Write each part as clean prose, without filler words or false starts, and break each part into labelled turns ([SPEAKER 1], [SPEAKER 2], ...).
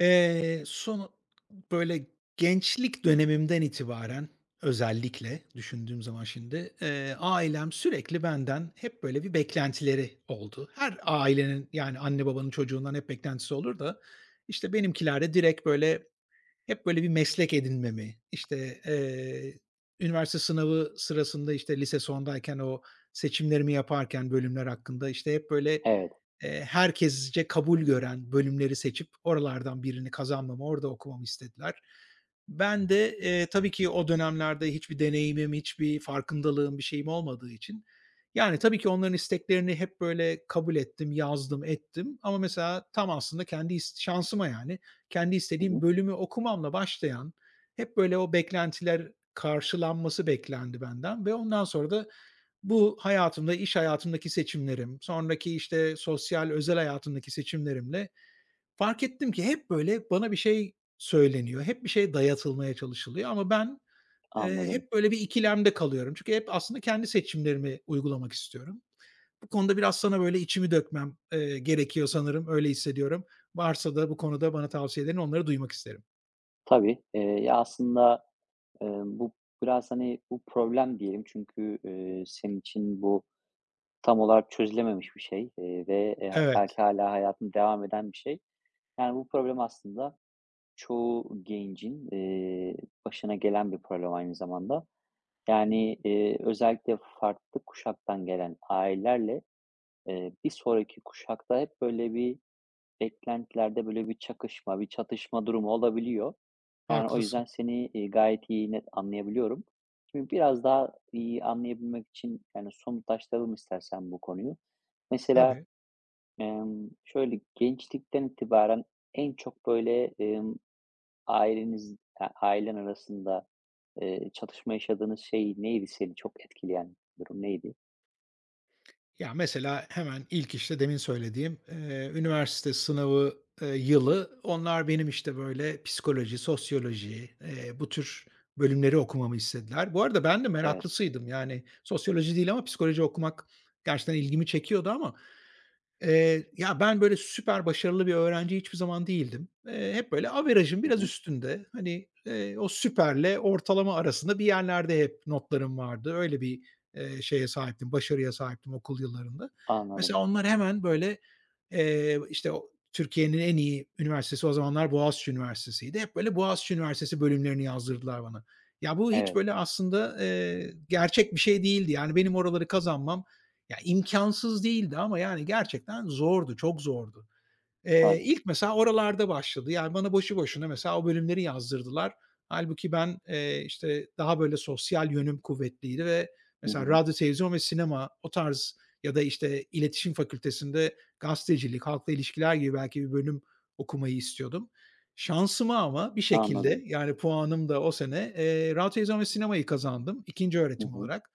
[SPEAKER 1] Sonu böyle gençlik dönemimden itibaren özellikle düşündüğüm zaman şimdi, ailem sürekli benden hep böyle bir beklentileri oldu. Her ailenin, yani, anne babanın çocuğundan hep beklentisi olur da, işte, benimkiler de direkt böyle hep böyle bir meslek edinmemi, işte, üniversite sınavı sırasında, işte, lise sondayken o seçimlerimi yaparken bölümler hakkında, işte, hep böyle,
[SPEAKER 2] Evet,
[SPEAKER 1] herkesce kabul gören bölümleri seçip oralardan birini kazanmamı, orada okumamı istediler. Ben de, tabii ki o dönemlerde hiçbir deneyimim, hiçbir farkındalığım, bir şeyim olmadığı için, yani, tabii ki onların isteklerini hep böyle kabul ettim, yazdım, ettim ama mesela tam aslında kendi şansıma yani kendi
[SPEAKER 2] hı
[SPEAKER 1] istediğim
[SPEAKER 2] hı,
[SPEAKER 1] bölümü okumamla başlayan, hep böyle o beklentiler karşılanması beklendi benden ve ondan sonra da bu hayatımda, iş hayatımdaki seçimlerim, sonraki, işte, sosyal, özel hayatımdaki seçimlerimle fark ettim ki hep böyle bana bir şey söyleniyor, hep bir şey dayatılmaya çalışılıyor ama ben,
[SPEAKER 2] anladım.
[SPEAKER 1] hep böyle bir ikilemde kalıyorum. Çünkü hep aslında kendi seçimlerimi uygulamak istiyorum. Bu konuda biraz sana böyle içimi dökmem, gerekiyor sanırım, öyle hissediyorum. Varsa da bu konuda bana tavsiyelerini onları duymak isterim.
[SPEAKER 2] Tabii, ya, aslında, bu biraz, hani, bu problem diyelim çünkü, senin için bu tam olarak çözülememiş bir şey, ve, belki
[SPEAKER 1] Evet,
[SPEAKER 2] hala hayatında devam eden bir şey. Yani, bu problem aslında çoğu gencin, başına gelen bir problem aynı zamanda. Yani, özellikle farklı kuşaktan gelen ailelerle, bir sonraki kuşakta hep böyle bir, beklentilerde böyle bir çakışma, bir çatışma durumu olabiliyor. Yani o
[SPEAKER 1] haklısın.
[SPEAKER 2] yüzden seni, gayet iyi, net anlayabiliyorum. Şimdi biraz daha iyi anlayabilmek için, yani, somutlaştıralım istersen bu konuyu. Mesela,
[SPEAKER 1] Tabii.
[SPEAKER 2] şöyle, gençlikten itibaren en çok böyle, ailen arasında, çatışma yaşadığınız şey neydi, seni çok etkileyen durum neydi?
[SPEAKER 1] Ya, mesela hemen ilk, işte, demin söylediğim, üniversite sınavı, yılı onlar benim, işte, böyle psikoloji, sosyoloji, bu tür bölümleri okumamı istediler. Bu arada ben de
[SPEAKER 2] Evet.
[SPEAKER 1] meraklısıydım. Yani sosyoloji değil ama psikoloji okumak gerçekten ilgimi çekiyordu ama... Ya, ben böyle süper başarılı bir öğrenci hiçbir zaman değildim. Hep böyle averajın
[SPEAKER 2] Hı
[SPEAKER 1] biraz
[SPEAKER 2] hı.
[SPEAKER 1] üstünde, hani, o süperle ortalama arasında bir yerlerde hep notlarım vardı. Öyle bir, şeye sahiptim, başarıya sahiptim okul yıllarında. Mesela
[SPEAKER 2] Anladım.
[SPEAKER 1] onlar hemen böyle, işte, o Türkiye'nin en iyi üniversitesi o zamanlar Boğaziçi Üniversitesi'ydi. Hep böyle Boğaziçi Üniversitesi bölümlerini yazdırdılar bana. Ya, bu hiç
[SPEAKER 2] Evet,
[SPEAKER 1] böyle aslında, gerçek bir şey değildi. Yani benim oraları kazanmam, ya, imkânsız değildi ama yani gerçekten zordu, çok zordu.
[SPEAKER 2] tabii.
[SPEAKER 1] İlk mesela oralarda başladı. Yani, bana boşu boşuna mesela o bölümleri yazdırdılar. Hâlbuki ben, işte, daha böyle sosyal yönüm kuvvetliydi ve
[SPEAKER 2] Hı
[SPEAKER 1] mesela
[SPEAKER 2] hı.
[SPEAKER 1] radyo, televizyon ve sinema o tarz ya da, işte, iletişim fakültesinde gazetecilik, halkla ilişkiler gibi belki bir bölüm okumayı istiyordum. Şansıma ama bir şekilde,
[SPEAKER 2] Anladım.
[SPEAKER 1] yani, puanım da o sene, radyo, televizyon ve sinemayı kazandım ikinci
[SPEAKER 2] Hı
[SPEAKER 1] öğretim
[SPEAKER 2] hı.
[SPEAKER 1] olarak.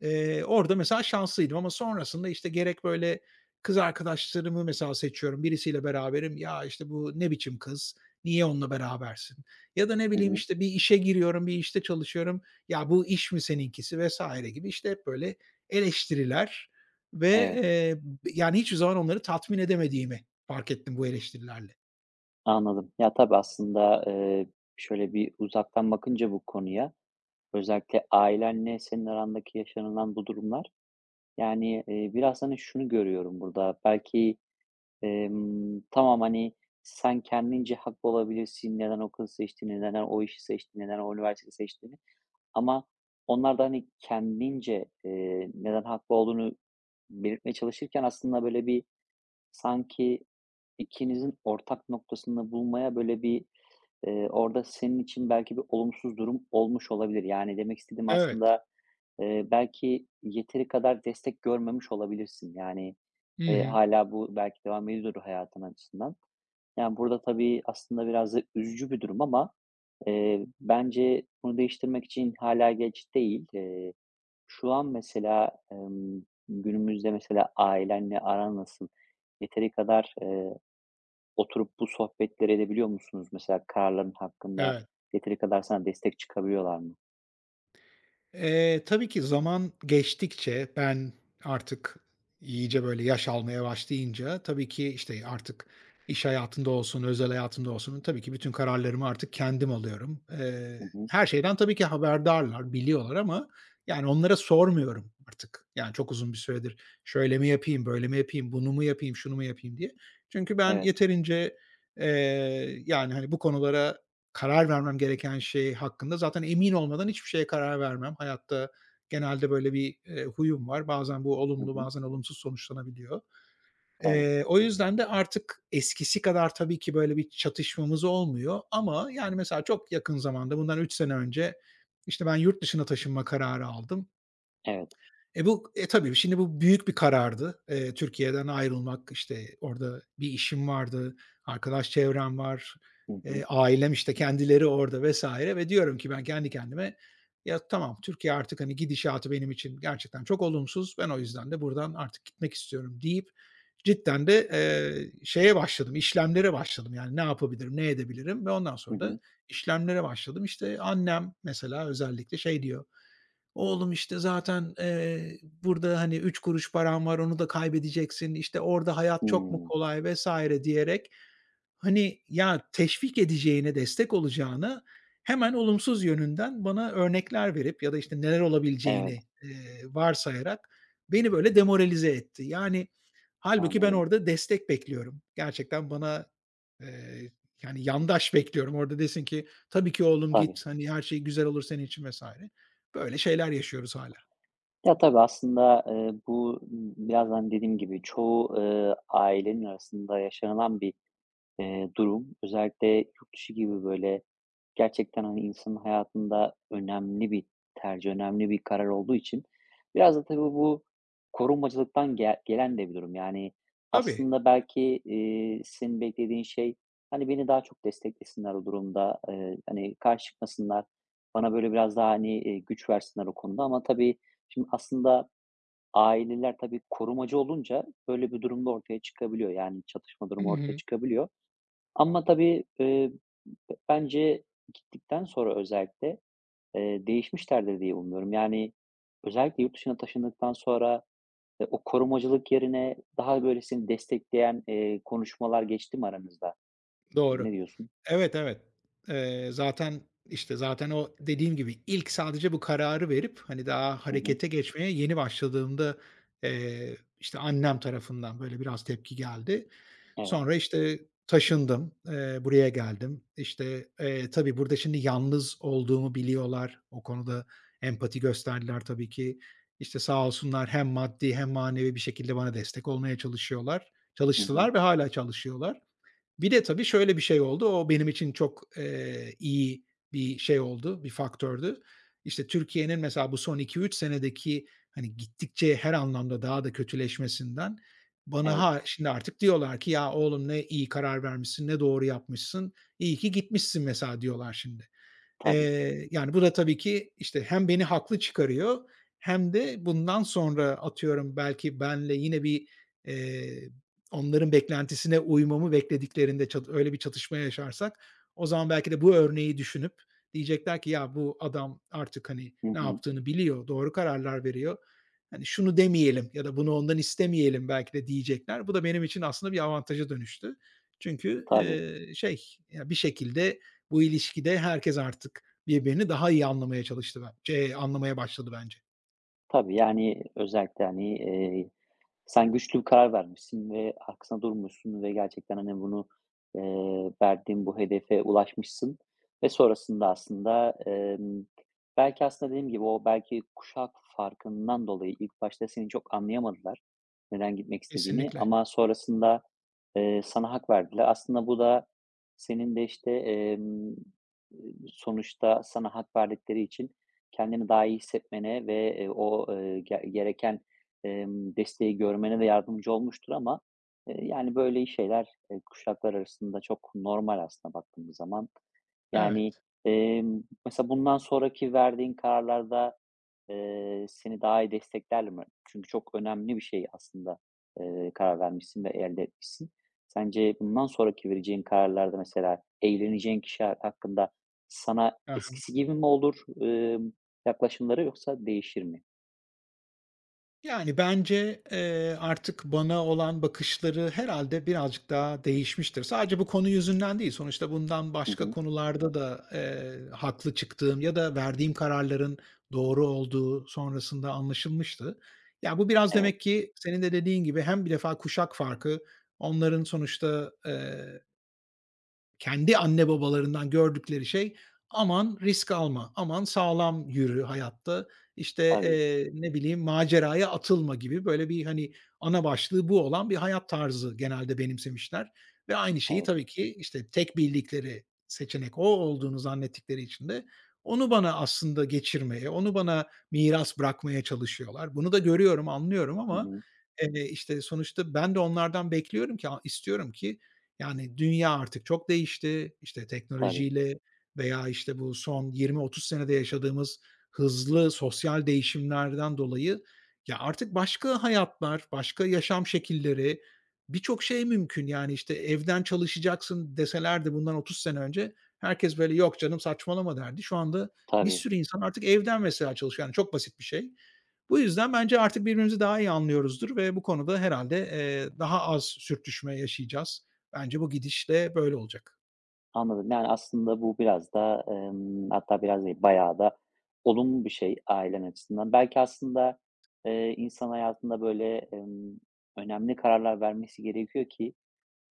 [SPEAKER 1] Orada mesela şanslıydım ama sonrasında, işte, gerek böyle kız arkadaşlarımı mesela seçiyorum. Birisiyle beraberim. Ya, işte, bu ne biçim kız? Niye onunla berabersin? Ya da ne
[SPEAKER 2] Hı
[SPEAKER 1] bileyim,
[SPEAKER 2] hı.
[SPEAKER 1] işte, bir işe giriyorum, bir işte çalışıyorum. Ya, bu iş mi seninkisi vesaire gibi, işte, hep böyle eleştiriler ve,
[SPEAKER 2] Evet.
[SPEAKER 1] yani hiçbir zaman onları tatmin edemediğimi fark ettim bu eleştirilerle.
[SPEAKER 2] Anladım. Ya, tabii aslında, şöyle bir uzaktan bakınca bu konuya, özellikle ailenle senin arandaki yaşanılan bu durumlar, yani, biraz, hani, şunu görüyorum burada, belki, tamam, hani, sen kendince haklı olabilirsin, neden o kızı seçtiğini, neden o işi seçtiğini, neden o üniversiteyi seçtiğini ama onlar da, hani, kendince, neden haklı olduğunu belirtmeye çalışırken aslında böyle bir, sanki ikinizin ortak noktasını bulmaya böyle bir, orada senin için belki bir olumsuz durum olmuş olabilir. Yani demek istediğim
[SPEAKER 1] Evet.
[SPEAKER 2] aslında, belki yeteri kadar destek görmemiş olabilirsin. Yani,
[SPEAKER 1] Hı hı.
[SPEAKER 2] hâlâ bu belki devam ediyordur hayatın açısından. Yani, burada tabii aslında biraz da üzücü bir durum ama, bence bunu değiştirmek için hala geç değil. Şu an mesela, günümüzde mesela ailenle aran nasıl? Yeteri kadar, oturup bu sohbetleri edebiliyor musunuz? Mesela kararların hakkında
[SPEAKER 1] Evet.
[SPEAKER 2] yeteri kadar sana destek çıkabiliyorlar mı?
[SPEAKER 1] Tabii ki zaman geçtikçe ben artık iyice böyle yaş almaya başlayınca tabii ki, işte, artık iş hayatında olsun, özel hayatımda olsun tabii ki bütün kararlarımı artık kendim alıyorum.
[SPEAKER 2] Hı hı.
[SPEAKER 1] Her şeyden tabii ki haberdarlar, biliyorlar ama, yani, onlara sormuyorum artık. Yani, çok uzun bir süredir şöyle mi yapayım, böyle mi yapayım, bunu mu yapayım, şunu mu yapayım diye. Çünkü ben
[SPEAKER 2] Evet.
[SPEAKER 1] yeterince, yani, hani, bu konulara karar vermem gereken şey hakkında zaten emin olmadan hiçbir şeye karar vermem. Hayatta genelde böyle bir, huyum var. Bazen bu
[SPEAKER 2] Hı
[SPEAKER 1] olumlu,
[SPEAKER 2] hı.
[SPEAKER 1] bazen olumsuz sonuçlanabiliyor.
[SPEAKER 2] Tabii.
[SPEAKER 1] O yüzden de artık eskisi kadar tabii ki böyle bir çatışmamız olmuyor ama yani mesela çok yakın zamanda bundan 3 sene önce, işte, ben yurt dışına taşınma kararı aldım.
[SPEAKER 2] Evet.
[SPEAKER 1] Tabii şimdi bu büyük bir karardı. Türkiye'den ayrılmak, işte, orada bir işim vardı, arkadaş çevrem var,
[SPEAKER 2] Hı hı.
[SPEAKER 1] ailem, işte, kendileri orada vesaire ve diyorum ki ben kendi kendime, "Ya, tamam, Türkiye artık, hani, gidişatı benim için gerçekten çok olumsuz. Ben o yüzden de buradan artık gitmek istiyorum." deyip cidden de, şeye başladım, işlemlere başladım. Yani, ne yapabilirim, ne edebilirim ve ondan
[SPEAKER 2] Hı
[SPEAKER 1] sonra da
[SPEAKER 2] hı.
[SPEAKER 1] işlemlere başladım. İşte, annem mesela özellikle şey diyor, "Oğlum işte zaten, burada, hani, 3 kuruş paran var, onu da kaybedeceksin, işte, orada hayat çok mu
[SPEAKER 2] Hımm.
[SPEAKER 1] kolay" vesaire diyerek, hani, ya, teşvik edeceğine, destek olacağına hemen olumsuz yönünden bana örnekler verip ya da, işte, neler
[SPEAKER 2] Evet,
[SPEAKER 1] olabileceğini, varsayarak beni böyle demoralize etti. Yani, halbuki ben
[SPEAKER 2] anladım.
[SPEAKER 1] orada destek bekliyorum. Gerçekten bana, eee, yani, yandaş bekliyorum. Orada desin ki, "Tabii ki oğlum
[SPEAKER 2] Tabii.
[SPEAKER 1] git, hani, her şey güzel olur senin için." vesaire. Böyle şeyler yaşıyoruz hala.
[SPEAKER 2] Ya, tabii aslında, bu birazdan hani dediğim gibi çoğu, ailenin arasında yaşanılan bir, durum. Özellikle yurt dışı gibi böyle, gerçekten, hani, insanın hayatında önemli bir tercih, önemli bir karar olduğu için biraz da tabii bu korumacılıktan gelen de bir durum. Yani,
[SPEAKER 1] Tabii.
[SPEAKER 2] aslında belki, senin beklediğin şey, hani, beni daha çok desteklesinler o durumda, hani, karşı çıkmasınlar, bana böyle biraz daha, hani, güç versinler o konuda ama tabii şimdi aslında aileler tabii korumacı olunca böyle bir durumda ortaya çıkabiliyor. Yani, çatışma
[SPEAKER 1] Hı
[SPEAKER 2] durumu ortaya
[SPEAKER 1] hı.
[SPEAKER 2] çıkabiliyor. Ama tabii, bence gittikten sonra özellikle, değişmişlerdir diye umuyorum. Yani, özellikle yurt dışına taşındıktan sonra, o korumacılık yerine daha böyle seni destekleyen, konuşmalar geçti mi aranızda? Ne
[SPEAKER 1] Doğru.
[SPEAKER 2] diyorsun?
[SPEAKER 1] Evet, evet. Zaten, işte, zaten o dediğim gibi ilk sadece bu kararı verip, hani, daha
[SPEAKER 2] Hı hı.
[SPEAKER 1] harekete geçmeye yeni başladığımda, işte, annem tarafından böyle biraz tepki geldi.
[SPEAKER 2] Evet.
[SPEAKER 1] Sonra, işte, taşındım, buraya geldim. İşte, tabii burada şimdi yalnız olduğumu biliyorlar. O konuda empati gösterdiler tabii ki. İşte, sağ olsunlar hem maddi hem manevi bir şekilde bana destek olmaya çalışıyorlar.
[SPEAKER 2] Hı hı.
[SPEAKER 1] Çalıştılar ve hala çalışıyorlar. Bir de tabii şöyle bir şey oldu. O benim için çok, iyi bir şey oldu, bir faktördü. İşte, Türkiye'nin mesela bu son 2-3 senedeki, hani, gittikçe her anlamda daha da kötüleşmesinden bana
[SPEAKER 2] Evet.
[SPEAKER 1] ha şimdi artık diyorlar ki, "Ya, oğlum ne iyi karar vermişsin, ne doğru yapmışsın, iyi ki gitmişsin." mesela diyorlar şimdi.
[SPEAKER 2] Tabii.
[SPEAKER 1] Yani, bu da tabii ki, işte, hem beni haklı çıkarıyor hem de bundan sonra atıyorum belki benle yine bir, eee, onların beklentisine uymamı beklediklerinde öyle bir çatışma yaşarsak o zaman belki de bu örneği düşünüp diyecekler ki, "Ya, bu adam artık, hani,
[SPEAKER 2] Hı
[SPEAKER 1] ne
[SPEAKER 2] hı.
[SPEAKER 1] yaptığını biliyor, doğru kararlar veriyor. Hani, şunu demeyelim ya da bunu ondan istemeyelim." belki de diyecekler. Bu da benim için aslında bir avantaja dönüştü. Çünkü,
[SPEAKER 2] Tabii.
[SPEAKER 1] ya, bir şekilde, bu ilişkide herkes artık birbirini daha iyi anlamaya çalıştı bence, anlamaya başladı bence.
[SPEAKER 2] Tabii, yani, özellikle, hani, sen güçlü bir karar vermişsin ve arkasında durmuşsun ve gerçekten, hani, bunu, verdiğin bu hedefe ulaşmışsın ve sonrasında aslında, belki aslında dediğim gibi o belki kuşak farkından dolayı ilk başta seni çok anlayamadılar, neden gitmek istediğini
[SPEAKER 1] Kesinlikle.
[SPEAKER 2] ama sonrasında, sana hak verdiler. Aslında bu da senin de, işte, sonuçta sana hak verdikleri için kendini daha iyi hissetmene ve, o, gereken desteği görmene de yardımcı olmuştur ama, yani, böyle şeyler, kuşaklar arasında çok normal aslında baktığımız zaman. Yani,
[SPEAKER 1] Evet.
[SPEAKER 2] mesela bundan sonraki verdiğin kararlarda, seni daha iyi desteklerler mi? Çünkü çok önemli bir şey aslında, karar vermişsin ve elde etmişsin. Sence bundan sonraki vereceğin kararlarda mesela evleneceğin kişi hakkında sana
[SPEAKER 1] Hı.
[SPEAKER 2] eskisi gibi mi olur, emm, yaklaşımları yoksa değişir mi?
[SPEAKER 1] Yani, bence, artık bana olan bakışları herhalde birazcık daha değişmiştir. Sadece bu konu yüzünden değil, sonuçta bundan
[SPEAKER 2] Hı
[SPEAKER 1] başka
[SPEAKER 2] hı.
[SPEAKER 1] konularda da, haklı çıktığım ya da verdiğim kararların doğru olduğu sonrasında anlaşılmıştı. Ya, bu biraz
[SPEAKER 2] Evet,
[SPEAKER 1] demek ki senin de dediğin gibi hem bir defa kuşak farkı, onların sonuçta, kendi anne babalarından gördükleri şey, "Aman risk alma, aman sağlam yürü hayatta, işte,
[SPEAKER 2] tabii.
[SPEAKER 1] ne bileyim, maceraya atılma." gibi böyle bir, hani, ana başlığı bu olan bir hayat tarzı genelde benimsemişler ve aynı şeyi
[SPEAKER 2] Evet.
[SPEAKER 1] tabii ki, işte, tek bildikleri seçenek o olduğunu zannettikleri için de onu bana aslında geçirmeye, onu bana miras bırakmaya çalışıyorlar. Bunu da görüyorum, anlıyorum
[SPEAKER 2] Hı
[SPEAKER 1] ama,
[SPEAKER 2] hı.
[SPEAKER 1] işte, sonuçta ben de onlardan bekliyorum ki, istiyorum ki yani, dünya artık çok değişti. İşte,
[SPEAKER 2] Tabii,
[SPEAKER 1] teknolojiyle veya, işte, bu son 20-30 senede yaşadığımız hızlı sosyal değişimlerden dolayı, ya, artık başka hayatlar, başka yaşam şekilleri, birçok şey mümkün. Yani, işte, evden çalışacaksın deselerdi bundan 30 sene önce herkes, böyle, "Yok canım, saçmalama." derdi. Şu anda bir
[SPEAKER 2] tabii.
[SPEAKER 1] sürü insan artık evden mesela çalışıyor. Yani, çok basit bir şey. Bu yüzden bence artık birbirimizi daha iyi anlıyoruzdur ve bu konuda herhalde daha az sürtüşme yaşayacağız. Bence bu gidişle böyle olacak.
[SPEAKER 2] Anladım. Yani, aslında bu biraz da, hatta biraz değil, bayağı da olumlu bir şey ailen açısından. Belki aslında, insan hayatında, böyle, önemli kararlar vermesi gerekiyor ki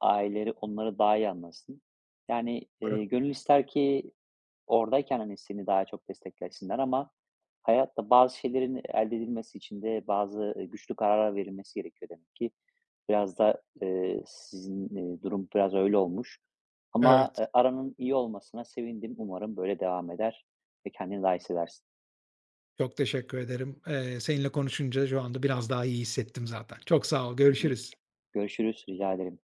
[SPEAKER 2] aileleri onları daha iyi anlasın. Yani,
[SPEAKER 1] Doğru.
[SPEAKER 2] gönül ister ki oradayken, hani, seni daha çok desteklesinler ama hayatta bazı şeylerin elde edilmesi için de bazı, güçlü kararlar verilmesi gerekiyor demek ki. Biraz da, sizin, durum biraz öyle olmuş ama,
[SPEAKER 1] Evet,
[SPEAKER 2] aranın iyi olmasına sevindim. Umarım böyle devam eder ve kendini daha iyi hissedersin.
[SPEAKER 1] çok teşekkür ederim. Seninle konuşunca şu anda biraz daha iyi hissettim zaten. Çok sağ ol,
[SPEAKER 2] Hı hı.
[SPEAKER 1] görüşürüz.
[SPEAKER 2] Görüşürüz, rica ederim.